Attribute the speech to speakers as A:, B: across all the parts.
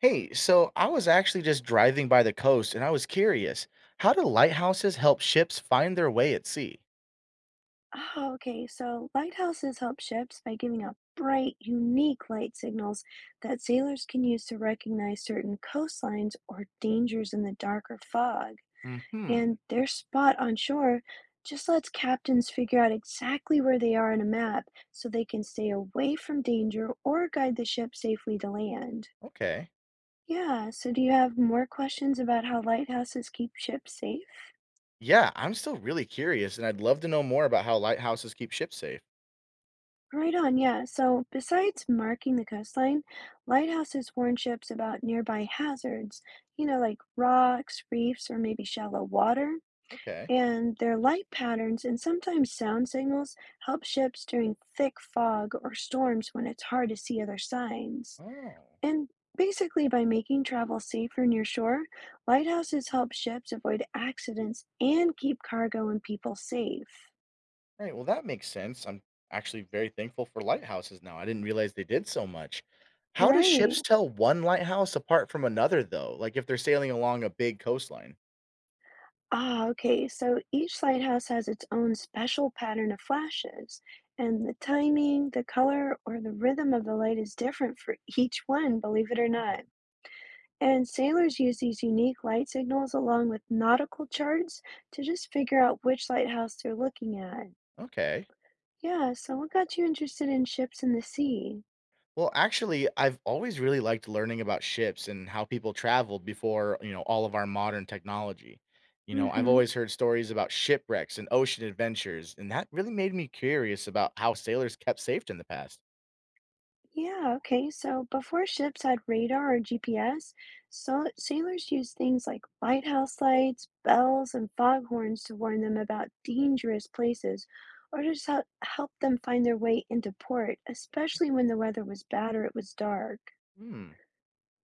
A: Hey, so I was actually just driving by the coast and I was curious, how do lighthouses help ships find their way at sea?
B: Oh, okay. So lighthouses help ships by giving out bright, unique light signals that sailors can use to recognize certain coastlines or dangers in the dark or fog.
A: Hmm,
B: And their spot on shore just lets captains figure out exactly where they are on a map so they can stay away from danger or guide the ship safely to land.
A: okay.
B: Yeah, so do you have more questions about how lighthouses keep ships safe?
A: Yeah, I'm still really curious and I'd love to know more about how lighthouses keep ships safe.
B: Right on, yeah. So, besides marking the coastline, lighthouses warn ships about nearby hazards, you know, like rocks, reefs, or maybe shallow water.
A: Okay.
B: And their light patterns and sometimes sound signals help ships during thick fog or storms when it's hard to see other signs.
A: Oh.
B: And basically, by making travel safer near shore, lighthouses help ships avoid accidents and keep cargo and people safe.
A: Right, well that makes sense. I'm actually very thankful for lighthouses now. I didn't realize they did so much. How do
B: Right.
A: ships tell one lighthouse apart from another though? Like if they're sailing along a big coastline?
B: Okay. So each lighthouse has its own special pattern of flashes, and the timing, the color, or the rhythm of the light is different for each one, believe it or
A: Right.
B: not. And sailors use these unique light signals along with nautical charts to just figure out which lighthouse they're looking at.
A: Okay.
B: Yeah, so what got you interested in ships in the sea?
A: Well, actually, I've always really liked learning about ships and how people traveled before, you know, all of our modern technology. You know, I've
B: Mm-hmm.
A: always heard stories about shipwrecks and ocean adventures, and that really made me curious about how sailors kept safe in the past.
B: Yeah, okay. So before ships had radar or GPS, so sailors used things like lighthouse lights, bells, and foghorns to warn them about dangerous places or just help them find their way into port, especially when the weather was bad or it was dark.
A: Hmm.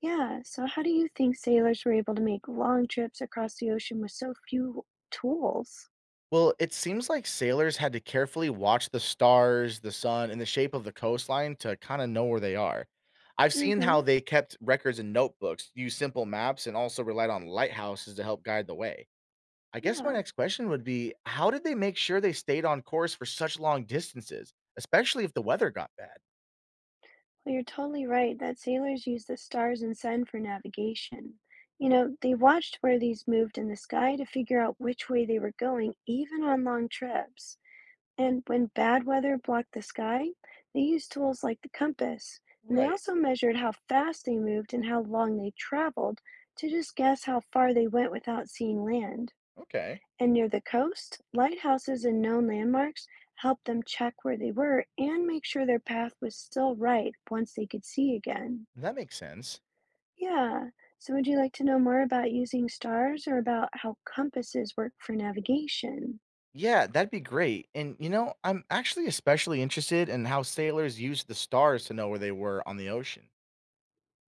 B: Yeah, so how do you think sailors were able to make long trips across the ocean with so few tools?
A: Well, it seems like sailors had to carefully watch the stars, the sun, and the shape of the coastline to kind of know where they are. I've seen how
B: Mm-hmm.
A: they kept records and notebooks, used simple maps, and also relied on lighthouses to help guide the way. I guess my
B: Yeah.
A: next question would be, how did they make sure they stayed on course for such long distances, especially if the weather got bad?
B: Well, you're totally right that sailors used the stars and sun for navigation. You know, they watched where these moved in the sky to figure out which way they were going, even on long trips. And when bad weather blocked the sky, they used tools like the compass. And they
A: Right.
B: also measured how fast they moved and how long they traveled to just guess how far they went without seeing land
A: Okay.
B: and near the coast, lighthouses and known landmarks helped them check where they were and make sure their path was still right once they could see again.
A: That makes sense.
B: Yeah, so would you like to know more about using stars or about how compasses work for navigation?
A: Yeah, that'd be great. And you know, I'm actually especially interested in how sailors used the stars to know where they were on the ocean.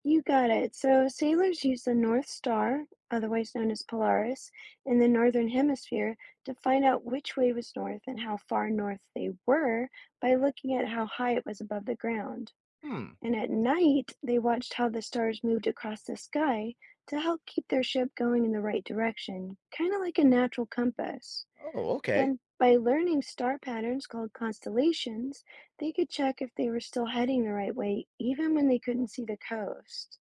B: You got it. So sailors use the North Star, otherwise known as Polaris, in the Northern Hemisphere to find out which way was north and how far north they were by looking at how high it was above the ground.
A: Hmm.
B: And at night they watched how the stars moved across the sky to help keep their ship going in the right direction, kind of like a natural compass.
A: Oh, okay.
B: And by learning star patterns called constellations, they could check if they were still heading the right way, even when they couldn't see the coast.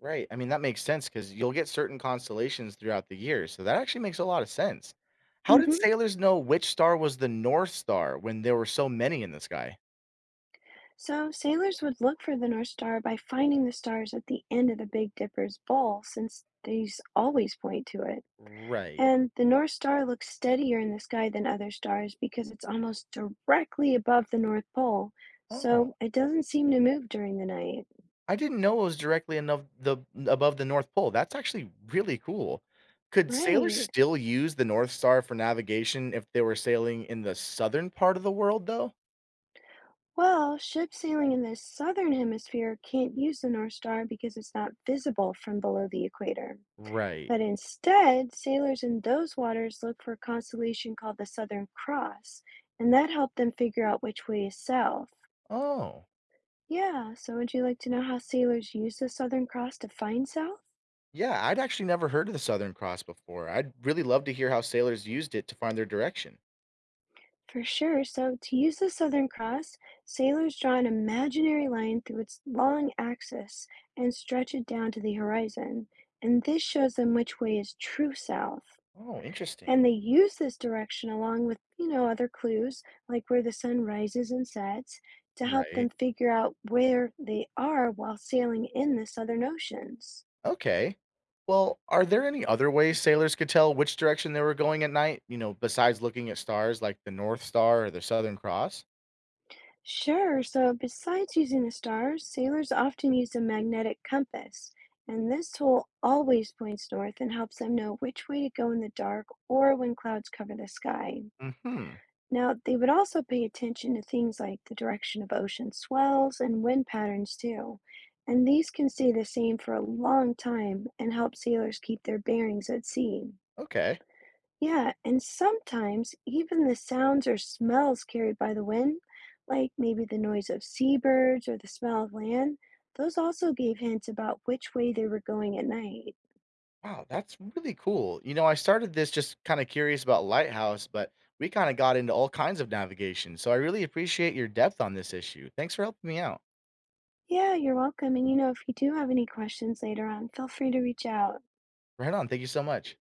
A: Right. I mean, that makes sense because you'll get certain constellations throughout the year, so that actually makes a lot of sense. How did
B: hmm
A: sailors know which star was the North Star when there were so many in the sky?
B: So, sailors would look for the North Star by finding the stars at the end of the Big Dipper's bowl, since these always point to it.
A: Right.
B: And the North Star looks steadier in the sky than other stars because it's almost directly above the North Pole,
A: Oh,
B: so it doesn't seem to move during the night.
A: I didn't know it was directly enough the above the North Pole. That's actually really cool. Could sailors
B: Right.
A: still use the North Star for navigation if they were sailing in the southern part of the world, though?
B: Well, ships sailing in the southern hemisphere can't use the North Star because it's not visible from below the equator.
A: Right.
B: But instead, sailors in those waters look for a constellation called the Southern Cross, and that helped them figure out which way is south.
A: Oh,
B: Yeah, so would you like to know how sailors use the Southern Cross to find south?
A: yeah. I'd actually never heard of the Southern Cross before. I'd really love to hear how sailors used it to find their direction.
B: For sure. So, to use the Southern Cross, sailors draw an imaginary line through its long axis and stretch it down to the horizon. And this shows them which way is true south.
A: Oh, interesting.
B: And they use this direction along with, you know, other clues like where the sun rises and sets to help them
A: Right.
B: figure out where they are while sailing in the Southern Oceans.
A: Okay. Well, are there any other ways sailors could tell which direction they were going at night, you know, besides looking at stars like the North Star or the Southern Cross?
B: Sure, so besides using a star, sailors often use a magnetic compass, and this tool always points north and helps them know which way to go in the dark or when clouds cover the sky.
A: Hmm.
B: Now, they would also pay attention to things like the direction of ocean swells and wind patterns, too. And these can stay the same for a long time and help sailors keep their bearings at sea.
A: Okay.
B: Yeah, and sometimes even the sounds or smells carried by the wind, like maybe the noise of seabirds or the smell of land, those also gave hints about which way they were going at night.
A: Wow, that's really cool. You know, I started this just kind of curious about Lighthouse, but we kind of got into all kinds of navigation. So I really appreciate your depth on this issue. Thanks for helping me out.
B: Yeah, you're welcome. And you know, if you do have any questions later on, feel free to reach out.
A: Right on. Thank you so much.